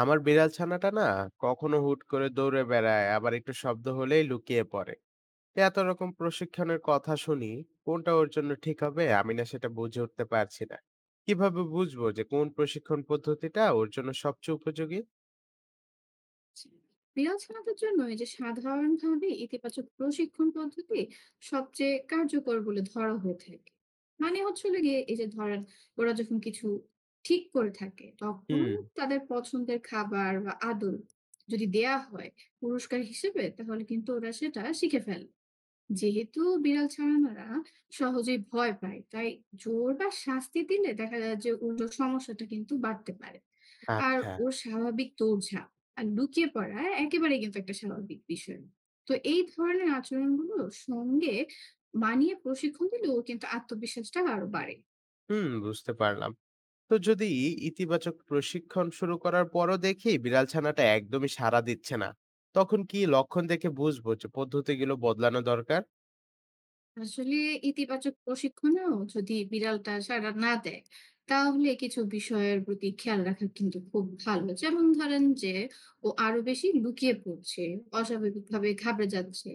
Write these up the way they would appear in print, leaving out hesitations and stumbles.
আমার বিড়াল ছানাটা না কখনো হুট করে দৌড়ে বেড়ায়, আবার একটু শব্দ হলেই লুকিয়ে পড়ে। এত রকম প্রশিক্ষণের কথা শুনি, কোনটা ওর জন্য ঠিক হবে আমি না সেটা বুঝে উঠতে পারছি না। কিভাবে বুঝবো যে কোন প্রশিক্ষণ পদ্ধতিটা ওর জন্য সবচেয়ে উপযোগী? বিড়াল ছানাদের জন্য এই যে সাধারণভাবে ইতিবাচক প্রশিক্ষণ পদ্ধতি সবচেয়ে কার্যকর বলে ধরা হয়ে থাকে। মানে হচ্ছে হলো গিয়ে এই যে ধরেন, ওরা যখন কিছু ঠিক করে থাকে তখন হুম। তাদের পছন্দের খাবার বা আদর যদি দেয়া হয় পুরস্কার হিসেবে, তাহলে কিন্তু ওরা সেটা শিখে ফেলে। যেহেতু বিড়াল ছানারা সহজেই ভয় পায়, তাই জোর বা শাস্তি দিলে দেখা যায় যে ওর সমস্যাটা কিন্তু বাড়তে পারে। আর আচ্ছা। ওর স্বাভাবিক দৌড়ঝাঁপ আর লুকিয়ে পড়া একেবারেই কিন্তু একটা স্বাভাবিক বিষয়। তো এই ধরনের আচরণগুলো সঙ্গে মানিয়ে প্রশিক্ষণ দিলে ওর কিন্তু আত্মবিশ্বাসটা আরো বাড়ে। হুম, বুঝতে পারলাম। তো যদি ইতিবাচক প্রশিক্ষণ শুরু করার পরও দেখি বিড়াল ছানাটা একদমই সাড়া দিচ্ছে না, তখন কি লক্ষণ দেখে বুঝবো যে পদ্ধতিগুলো বদলানো দরকার? আসলে ইতিবাচক প্রশিক্ষণেও যদি বিড়ালটা সাড়া না দেয়, তাহলে কিছু বিষয়ের প্রতি খেয়াল রাখা কিন্তু খুব ভালো। যেমন ধরেন যে ও আরো বেশি লুকিয়ে পড়ছে, অস্বাভাবিকভাবে ঘাবড়ে যাচ্ছে,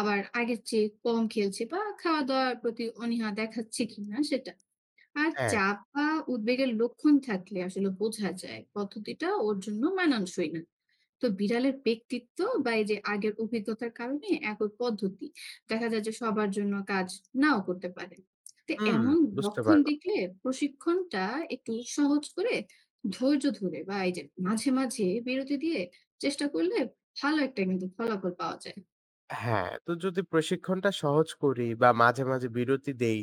আবার আগের চেয়ে কম খেলছে বা খাওয়া-দাওয়ার প্রতি অনীহা দেখাচ্ছে কিনা সেটা। আর হ্যাঁ। চাপ বা উদ্বেগের লক্ষণ থাকলে আসলে বোঝা যায় পদ্ধতিটা ওর জন্য মানানসই না। তো বিড়ালের ব্যক্তিত্ব বা এই যে আগের অভিজ্ঞতার কারণে একই পদ্ধতি দেখা যায় যে সবার জন্য কাজ নাও করতে পারে। তো হুম, এমন বুঝতে লক্ষণ পারলাম। দেখলে প্রশিক্ষণটা একটু সহজ করে, ধৈর্য ধরে বা এই যে মাঝে মাঝে বিরতি দিয়ে চেষ্টা করলে ভালো একটা কিন্তু ফলাফল পাওয়া যায়। হ্যাঁ, তো যদি প্রশিক্ষণটা সহজ করি বা মাঝে মাঝে বিরতি দেই,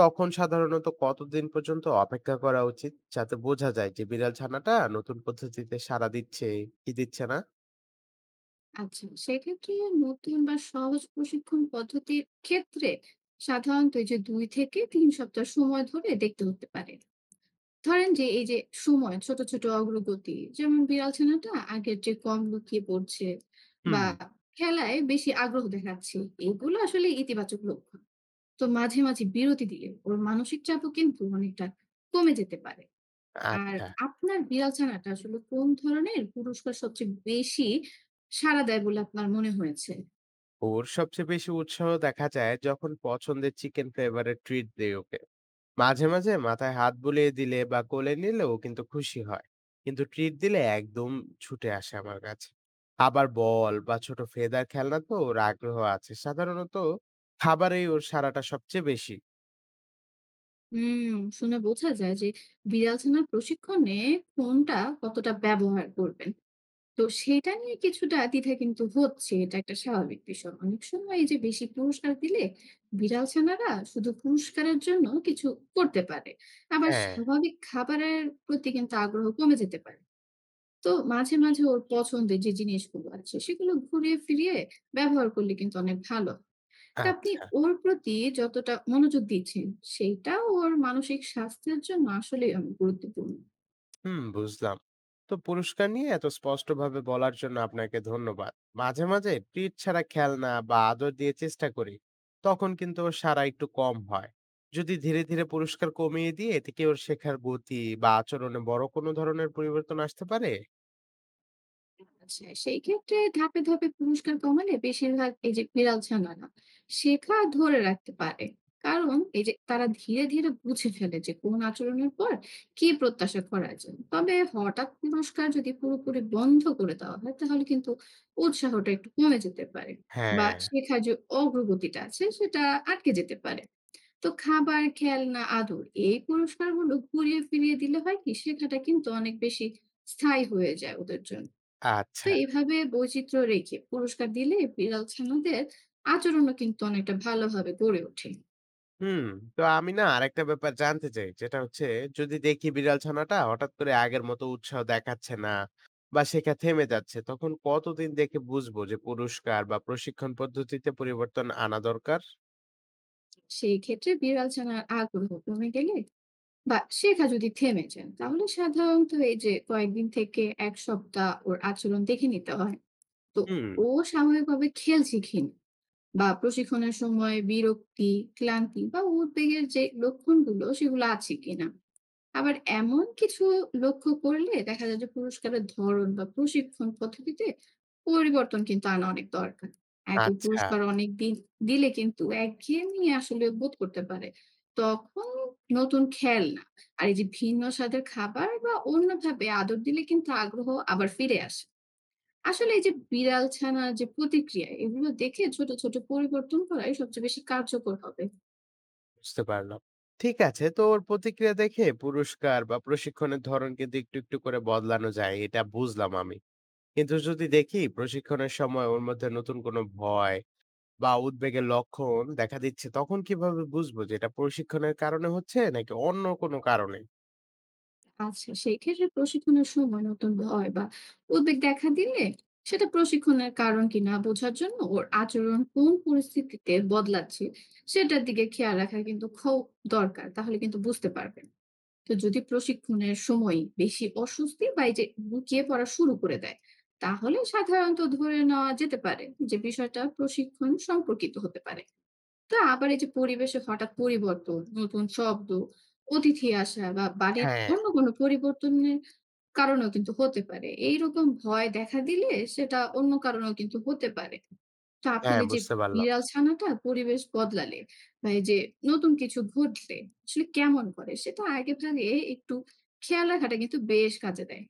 তখন সাধারণত কতদিন পর্যন্ত অপেক্ষা করা উচিত? যাতে বোঝা যায় যে বিড়াল ছানাটা নতুন পদ্ধতিতে সাড়া দিচ্ছে কি দিচ্ছে না? আচ্ছা, সেক্ষেত্রে নতুন বা সহজ প্রশিক্ষণ পদ্ধতির ক্ষেত্রে সাধারণত এই যে ২ থেকে ৩ সপ্তাহ সময় ধরে দেখতে হতে পারে। ধরেন যে এই যে সময় ছোট, ছোট অগ্রগতি, যেমন বিড়াল ছানাটা আগের চেয়ে কম লুকিয়ে পড়ছে বা হুম। খেলায় বেশি আগ্রহ দেখাচ্ছে। এগুলো আসলে ইতিবাচক লক্ষণ। তো মাঝে, মাঝে বিরতি দিলে ওর মানসিক চাপও কিন্তু অনেকটা কমে যেতে পারে। আর আচ্ছা, আপনার বিড়াল ছানাটা আসলে কোন ধরনের পুরস্কার সবচেয়ে বেশি সাড়া দেয় বলে আপনার মনে হয়েছে? ওর সবচেয়ে বেশি উৎসাহ দেখা যায় যখন পছন্দের চিকেন ফ্লেভারের ট্রিট দেই ওকে। মাঝে মাঝে মাথায় হাত বুলিয়ে দিলে বা কোলে নিলে ও কিন্তু খুশি হয়। কিন্তু ট্রিট দিলে একদম ছুটে আসে আমার কাছে। আবার বল বা ছোট ফেদার খেলনা তো ওর আগ্রহ আছে। সাধারণত খাবারেই ওর সাড়াটা সবচেয়ে বেশি। হুম, শুনে বোঝা যায় যে বিড়াল ছানার প্রশিক্ষণে কোনটা কতটা ব্যবহার করবেন। তো সেটা নিয়ে কিছুটা দ্বিধা কিন্তু হচ্ছে। এটা একটা স্বাভাবিক বিষয়। অনেক সময় এই যে বেশি পুরস্কার দিলে বিড়াল ছানারা শুধু পুরস্কারের জন্য কিছু করতে পারে। আবার হ্যাঁ। স্বাভাবিক খাবারের প্রতি কিন্তু আগ্রহ কমে যেতে পারে। তো মাঝে, মাঝে ওর পছন্দের যে জিনিসগুলো আছে সেগুলো ঘুরিয়ে ফিরিয়ে ব্যবহার করলে কিন্তু অনেক ভালো। তা আপনি আচ্ছা। ওর প্রতি যতটা মনোযোগ দিচ্ছেন সেইটা ওর মানসিক স্বাস্থ্যের জন্য আসলেই অনেক গুরুত্বপূর্ণ। হুম, বুঝলাম। তো পুরস্কার নিয়ে এত স্পষ্টভাবে বলার জন্য আপনাকে ধন্যবাদ। মাঝে মাঝে ট্রিট ছাড়া খেলনা বা আদর দিয়ে চেষ্টা করি, তখন কিন্তু ওর সাড়া একটু কম হয়। যদি ধীরে ধীরে পুরস্কার কমিয়ে দিয়ে এতে কি ওর শেখার গতি বা আচরণে বড় কোনো ধরনের পরিবর্তন আসতে পারে? আচ্ছা, সেই ক্ষেত্রে ধাপে ধাপে পুরস্কার কমালে বেশিরভাগ এই যে বিড়াল ছানারা শেখা ধরে রাখতে পারে, কারণ এই যে তারা ধীরে ধীরে বুঝে ফেলে যে কোন আচরণের পর কি প্রত্যাশা করা যায়। তবে হঠাৎ পুরস্কার যদি পুরোপুরি বন্ধ করে দেওয়া হয় তাহলে কিন্তু উৎসাহটা একটু কমে যেতে পারে বা হ্যাঁ। শেখার যে অগ্রগতিটা আছে সেটা আটকে যেতে পারে। তো খাবার, খেলনা, আদর এই পুরস্কারগুলো ঘুরিয়ে ফিরিয়ে দিলে হয় কি, শেখাটা কিন্তু অনেক বেশি স্থায়ী হয়ে যায় ওদের জন্য। তো আচ্ছা। এভাবে বৈচিত্র্য রেখে পুরস্কার দিলে বিড়াল ছানাদের আচরণও কিন্তু অনেকটা ভালোভাবে গড়ে ওঠে। হুম, তো আমি না আরেকটা ব্যাপার জানতে চাই। যেটা হচ্ছে, যদি দেখি বিড়াল ছানাটা হঠাৎ করে আগের মতো উৎসাহ দেখাচ্ছে না বা শেখা থেমে যাচ্ছে, তখন কতদিন দেখে বুঝবো যে পুরস্কার বা প্রশিক্ষণ পদ্ধতিতে পরিবর্তন আনা দরকার? সেই ক্ষেত্রে বিড়াল ছানার আগ্রহ কমে গেলে বা শেখা যদি থেমে যায়, তাহলে সাধারণত এই যে কয়েকদিন থেকে ১ সপ্তাহ ওর আচরণ দেখে নিতে হয়। তো হুম। ও স্বাভাবিকভাবে খেল শিখিন বা প্রশিক্ষণের সময় বিরক্তি, ক্লান্তি বা উদ্বেগের যে লক্ষণগুলো সেগুলো আছে কিনা, আবার এমন কিছু লক্ষ্য করলে দেখা যায় যে পুরস্কারের ধরন বা প্রশিক্ষণ পদ্ধতিতে পরিবর্তন কিন্তু আনা অনেক দরকার। একই আচ্ছা, পুরস্কার অনেক দিন দিলে কিন্তু একঘেয়েমি আসলে বোধ করতে পারে। তখন নতুন খেলনা আর এই যে ভিন্ন স্বাদের খাবার বা অন্যভাবে আদর দিলে কিন্তু আগ্রহ আবার ফিরে আসে। আসলে এই যে বিড়াল ছানার যে প্রতিক্রিয়া এগুলো দেখে ছোট, ছোট পরিবর্তন করাই সবচেয়ে বেশি কার্যকর হবে। বুঝতে পারলাম। ঠিক আছে, তো ওর প্রতিক্রিয়া দেখে পুরস্কার বা প্রশিক্ষণের ধরন কিন্তু একটু একটু করে বদলানো যায়, এটা বুঝলাম আমি। কিন্তু যদি দেখি প্রশিক্ষণের সময় ওর মধ্যে নতুন কোনো ভয় বা উদ্বেগের লক্ষণ দেখা দিচ্ছে, তখন কিভাবে বুঝবো যে এটা প্রশিক্ষণের কারণে হচ্ছে নাকি অন্য কোনো কারণে? আচ্ছা, সেই ক্ষেত্রে প্রশিক্ষণের সময় নতুন ভয় বা উদ্বেগ দেখা দিলে, সেটা প্রশিক্ষণের কারণ কিনা বোঝার জন্য ওর আচরণ কোন পরিস্থিতিতে বদলাচ্ছে সেটার দিকে খেয়াল রাখা কিন্তু খুব দরকার, তাহলে কিন্তু বুঝতে পারবেন। তো যদি প্রশিক্ষণের সময় বেশি অস্বস্তি বা এই যে লুকিয়ে পড়া শুরু করে দেয়, তাহলে সাধারণত ধরে নেওয়া যেতে পারে যে বিষয়টা প্রশিক্ষণ সম্পর্কিত হতে পারে। তো আবার এই যে পরিবেশে হঠাৎ পরিবর্তন, নতুন শব্দ, অতিথি আসা বা বাড়ির হ্যাঁ। অন্য কোনো পরিবর্তনের কারণেও কিন্তু হতে পারে। এইরকম ভয় দেখা দিলে সেটা অন্য কারণেও কিন্তু হতে পারে। তো আপনার হ্যাঁ, এই যে বুঝতে পারলাম। বিড়াল ছানাটা পরিবেশ বদলালে বা এই যে নতুন কিছু ঘটলে আসলে কেমন করে, সেটা আগে ভাগে একটু খেয়াল রাখাটা কিন্তু বেশ কাজে দেয়।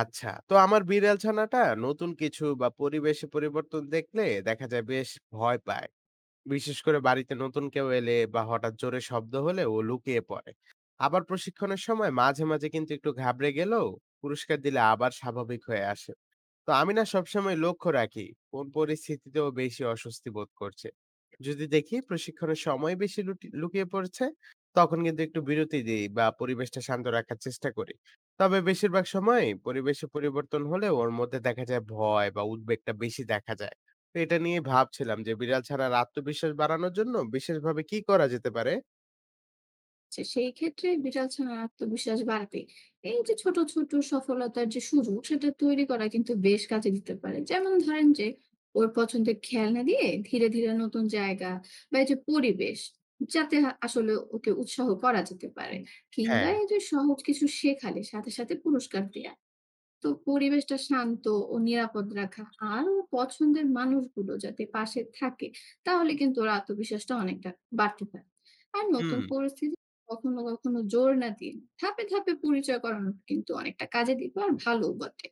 আচ্ছা, তো আমার বিড়াল ছানাটা নতুন কিছু বা পরিবেশে পরিবর্তন দেখলে দেখা যায় বেশ ভয় পায়। বিশেষ করে বাড়িতে নতুন কেউ এলে বা হঠাৎ জোরে শব্দ হলে ও লুকিয়ে পড়ে। আবার প্রশিক্ষণের সময় মাঝে মাঝে কিন্তু একটু ঘাবড়ে গেলেও পুরস্কার দিলে আবার স্বাভাবিক হয়ে আসে। তো আমি না সবসময় লক্ষ্য রাখি কোন পরিস্থিতিতেও বেশি অস্বস্তি বোধ করছে। যদি দেখি প্রশিক্ষণের সময় বেশি লুকিয়ে পড়ছে, তখন কিন্তু একটু বিরতি দিই বা পরিবেশটা শান্ত রাখার চেষ্টা করি। তবে বেশিরভাগ সময় পরিবেশে পরিবর্তন হলে ওর মধ্যে দেখা যায় ভয় বা উদ্বেগটা বেশি দেখা যায়। তো এটা নিয়ে ভাবছিলাম যে বিড়াল ছাড়ার আত্মবিশ্বাস বাড়ানোর জন্য বিশেষভাবে কি করা যেতে পারে? সেই ক্ষেত্রে বিড়াল ছানার আত্মবিশ্বাস বাড়বে। এই যে ছোট ছোট সফলতার যে সুযোগ সেটা তৈরি করা কিন্তু বেশ কাজে দিতে পারে। যেমন ধরেন যে ওর পছন্দের খেলনা দিয়ে ধীরে ধীরে নতুন জায়গা বা এই যে পরিবেশ, যাতে আসলে ওকে উৎসাহ করা যেতে পারে, কিংবা হ্যাঁ। এই যে সহজ কিছু শেখালে সাথে সাথে পুরস্কার দেয়া। তো পরিবেশটা শান্ত ও নিরাপদ রাখা, আর ওর পছন্দের মানুষগুলো যাতে পাশে থাকে, তাহলে কিন্তু ওর আত্মবিশ্বাসটা অনেকটা বাড়তে পারে। আর নতুন হুম। পরিস্থিতি কখনো কখনো জোর না দিয়ে ধাপে ধাপে পরিচয় করানো কিন্তু অনেকটা কাজে দিবে আর ভালো বটে।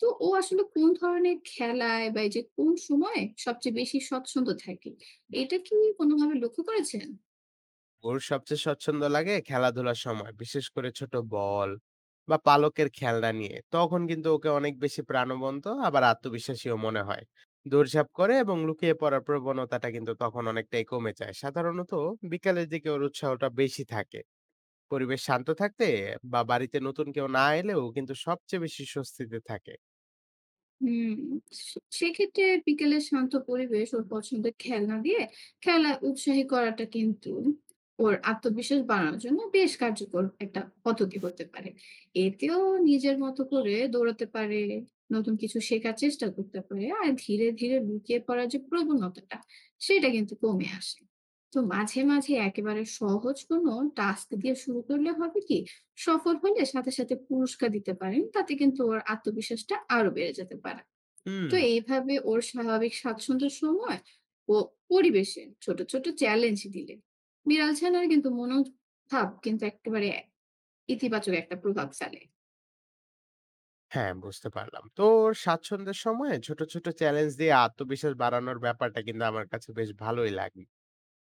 তো ও আসলে কোন ধরনের খেলায় বা এই যে কোন সময়ে সবচেয়ে বেশি স্বচ্ছন্দ থাকে, এটা কি কোনোভাবে লক্ষ্য করেছেন? ওর সবচেয়ে স্বচ্ছন্দ লাগে খেলাধুলার সময়, বিশেষ করে ছোট বল বা পালকের খেলনা নিয়ে। তখন কিন্তু ওকে অনেক বেশি প্রাণবন্ত আবার আত্মবিশ্বাসীও মনে হয়। দৌড়ঝাঁপ করে এবং লুকিয়ে পড়ার প্রবণতাটা কিন্তু তখন অনেকটাই কমে যায়। সাধারণত বিকালের দিকে ওর উৎসাহটা বেশি থাকে। পরিবেশ শান্ত থাকতে বা বাড়িতে নতুন কেউ না এলেও কিন্তু সবচেয়ে বেশি স্বস্তিতে থাকে। হুম, সেক্ষেত্রে বিকেলে শান্ত পরিবেশ ওর পছন্দের খেলনা দিয়ে খেলায় উৎসাহী করাটা কিন্তু ওর আত্মবিশ্বাস বাড়ানোর জন্য বেশ কার্যকর একটা পদ্ধতি হতে পারে। এতেও নিজের মতো করে দৌড়াতে পারে, নতুন কিছু শেখার চেষ্টা করতে পারে, আর ধীরে, ধীরে লুকিয়ে পড়ার যে প্রবণতাটা সেটা কিন্তু কমে আসে। তো মাঝে, মাঝে একেবারে সহজ কোনো টাস্ক দিয়ে শুরু করলে হবে কি, সফল হলে সাথে সাথে পুরস্কার দিতে পারেন, তাতে কিন্তু ওর আত্মবিশ্বাসটা আরো বেড়ে যেতে পারে। তো হুম। এইভাবে ওর স্বাভাবিক স্বাচ্ছন্দ্যের সময় ও পরিবেশে ছোট ছোট চ্যালেঞ্জ দিলে বিড়াল ছানার কিন্তু মনোভাব কিন্তু একেবারে ইতিবাচক একটা প্রভাব ফেলে। হ্যাঁ, বুঝতে পারলাম। তো ওর স্বাচ্ছন্দ্যের সময় ছোট ছোট চ্যালেঞ্জ দিয়ে আত্মবিশ্বাস বাড়ানোর ব্যাপারটা কিন্তু আমার কাছে বেশ ভালোই লাগে।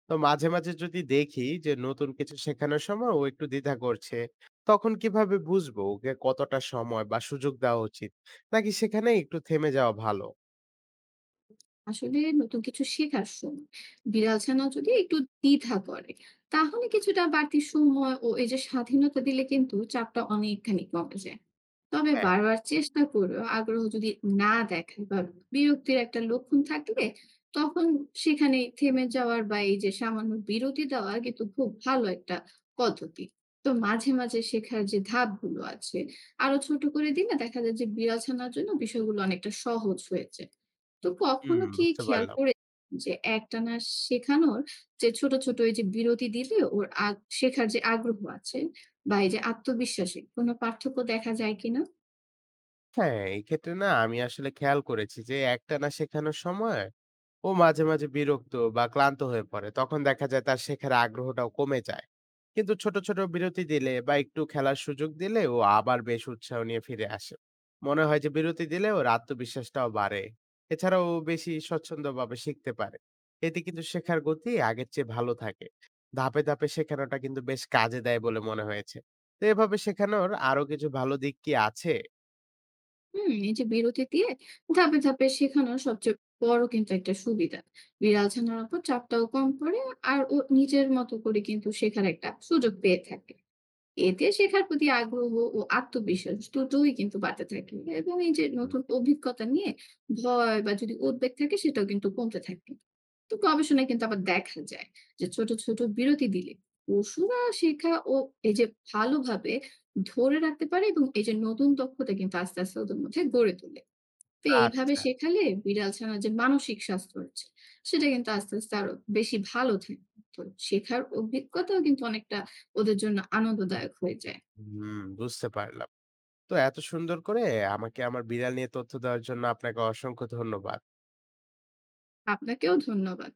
তো মাঝে মাঝে যদি দেখি যে নতুন কিছু শেখানোর সময় ও একটু দ্বিধা করছে, তখন কিভাবে বুঝবো ওকে কতটা সময় বা সুযোগ দেওয়া উচিত? নাকি সেখানে একটু থেমে যাওয়া ভালো? আসলে নতুন কিছু শেখার সময় বিড়াল ছানা যদি একটু দ্বিধা করে, তাহলে কিছুটা বাড়তি সময় ও এই যে স্বাধীনতা দিলে কিন্তু চাপটা অনেকখানি কমে যায়। তবে হ্যাঁ। বারবার চেষ্টা করেও আগ্রহ যদি না দেখায় বা বিরক্তির একটা লক্ষণ থাকলে, তখন সেখানে থেমে যাওয়ার বা এই যে সামান্য বিরতি দেওয়া কিন্তু খুব ভালো একটা পদ্ধতি। তো মাঝে মাঝে শেখার যে ধাপগুলো আছে আরো ছোট করে দিলে দেখা যায় যে বিড়াল ছানার জন্য বিষয়গুলো অনেকটা সহজ হয়েছে। তো হুম, কখনো কি বুঝতে খেয়াল পারলাম। করে যে একটানা শেখানোর যে ছোট, ছোট এই যে বিরতি দিলে ওর শেখার যে আগ্রহ আছে বা এই যে আত্মবিশ্বাসে কোনো পার্থক্য দেখা যায় কিনা? হ্যাঁ, এক্ষেত্রে না আমি আসলে খেয়াল করেছি যে একটানা শেখানোর সময় ও মাঝে মাঝে বিরক্ত বা ক্লান্ত হয়ে পড়ে। তখন দেখা যায় তার শেখার আগ্রহটাও কমে যায়। কিন্তু ছোট ছোট বিরতি দিলে বা একটু খেলার সুযোগ দিলে ও আবার বেশ উৎসাহ নিয়ে ফিরে আসে। মনে হয় যে বিরতি দিলে ওর আত্মবিশ্বাসটাও বাড়ে। এছাড়াও ও বেশি স্বচ্ছন্দভাবে শিখতে পারে। এতে কিন্তু শেখার গতি আগের চেয়ে ভালো থাকে। ধাপে ধাপে শেখানোটা কিন্তু বেশ কাজে দেয় বলে মনে হয়েছে। তো এভাবে শেখানোর আরো কিছু ভালো দিক কি আছে? হুম, এই যে বিরতি দিয়ে ধাপে, ধাপে শেখানোর সবচেয়ে বড় কিন্তু একটা সুবিধা। বিড়াল ছানার উপর চাপটাও কম পড়ে, আর ও নিজের মতো করে কিন্তু শেখার একটা সুযোগ পেয়ে থাকে। এতে শেখার প্রতি আগ্রহ ও আত্মবিশ্বাস দুটোই কিন্তু বাড়তে থাকে, এবং এই যে হুম। নতুন অভিজ্ঞতা নিয়ে ভয় বা যদি উদ্বেগ থাকে সেটাও কিন্তু কমতে থাকে। তো গবেষণায় কিন্তু আবার দেখা যায় যে ছোট ছোট বিরতি দিলে পশুরা শেখা ও এই যে ভালোভাবে ধরে রাখতে পারে, এবং এই যে নতুন দক্ষতা কিন্তু আস্তে আস্তে ওদের মধ্যে গড়ে তোলে। তো এইভাবে আচ্ছা, শেখালে বিড়াল ছানার যে মানসিক স্বাস্থ্য রয়েছে সেটা কিন্তু আস্তে আস্তে আরো বেশি ভালো থাকে। তো শেখার অভিজ্ঞতাও কিন্তু অনেকটা ওদের জন্য আনন্দদায়ক হয়ে যায়। হুম, বুঝতে পারলাম। তো এত সুন্দর করে আমাকে আমার বিড়াল নিয়ে তথ্য দেওয়ার জন্য আপনাকে অসংখ্য ধন্যবাদ। আপনাকেও ধন্যবাদ।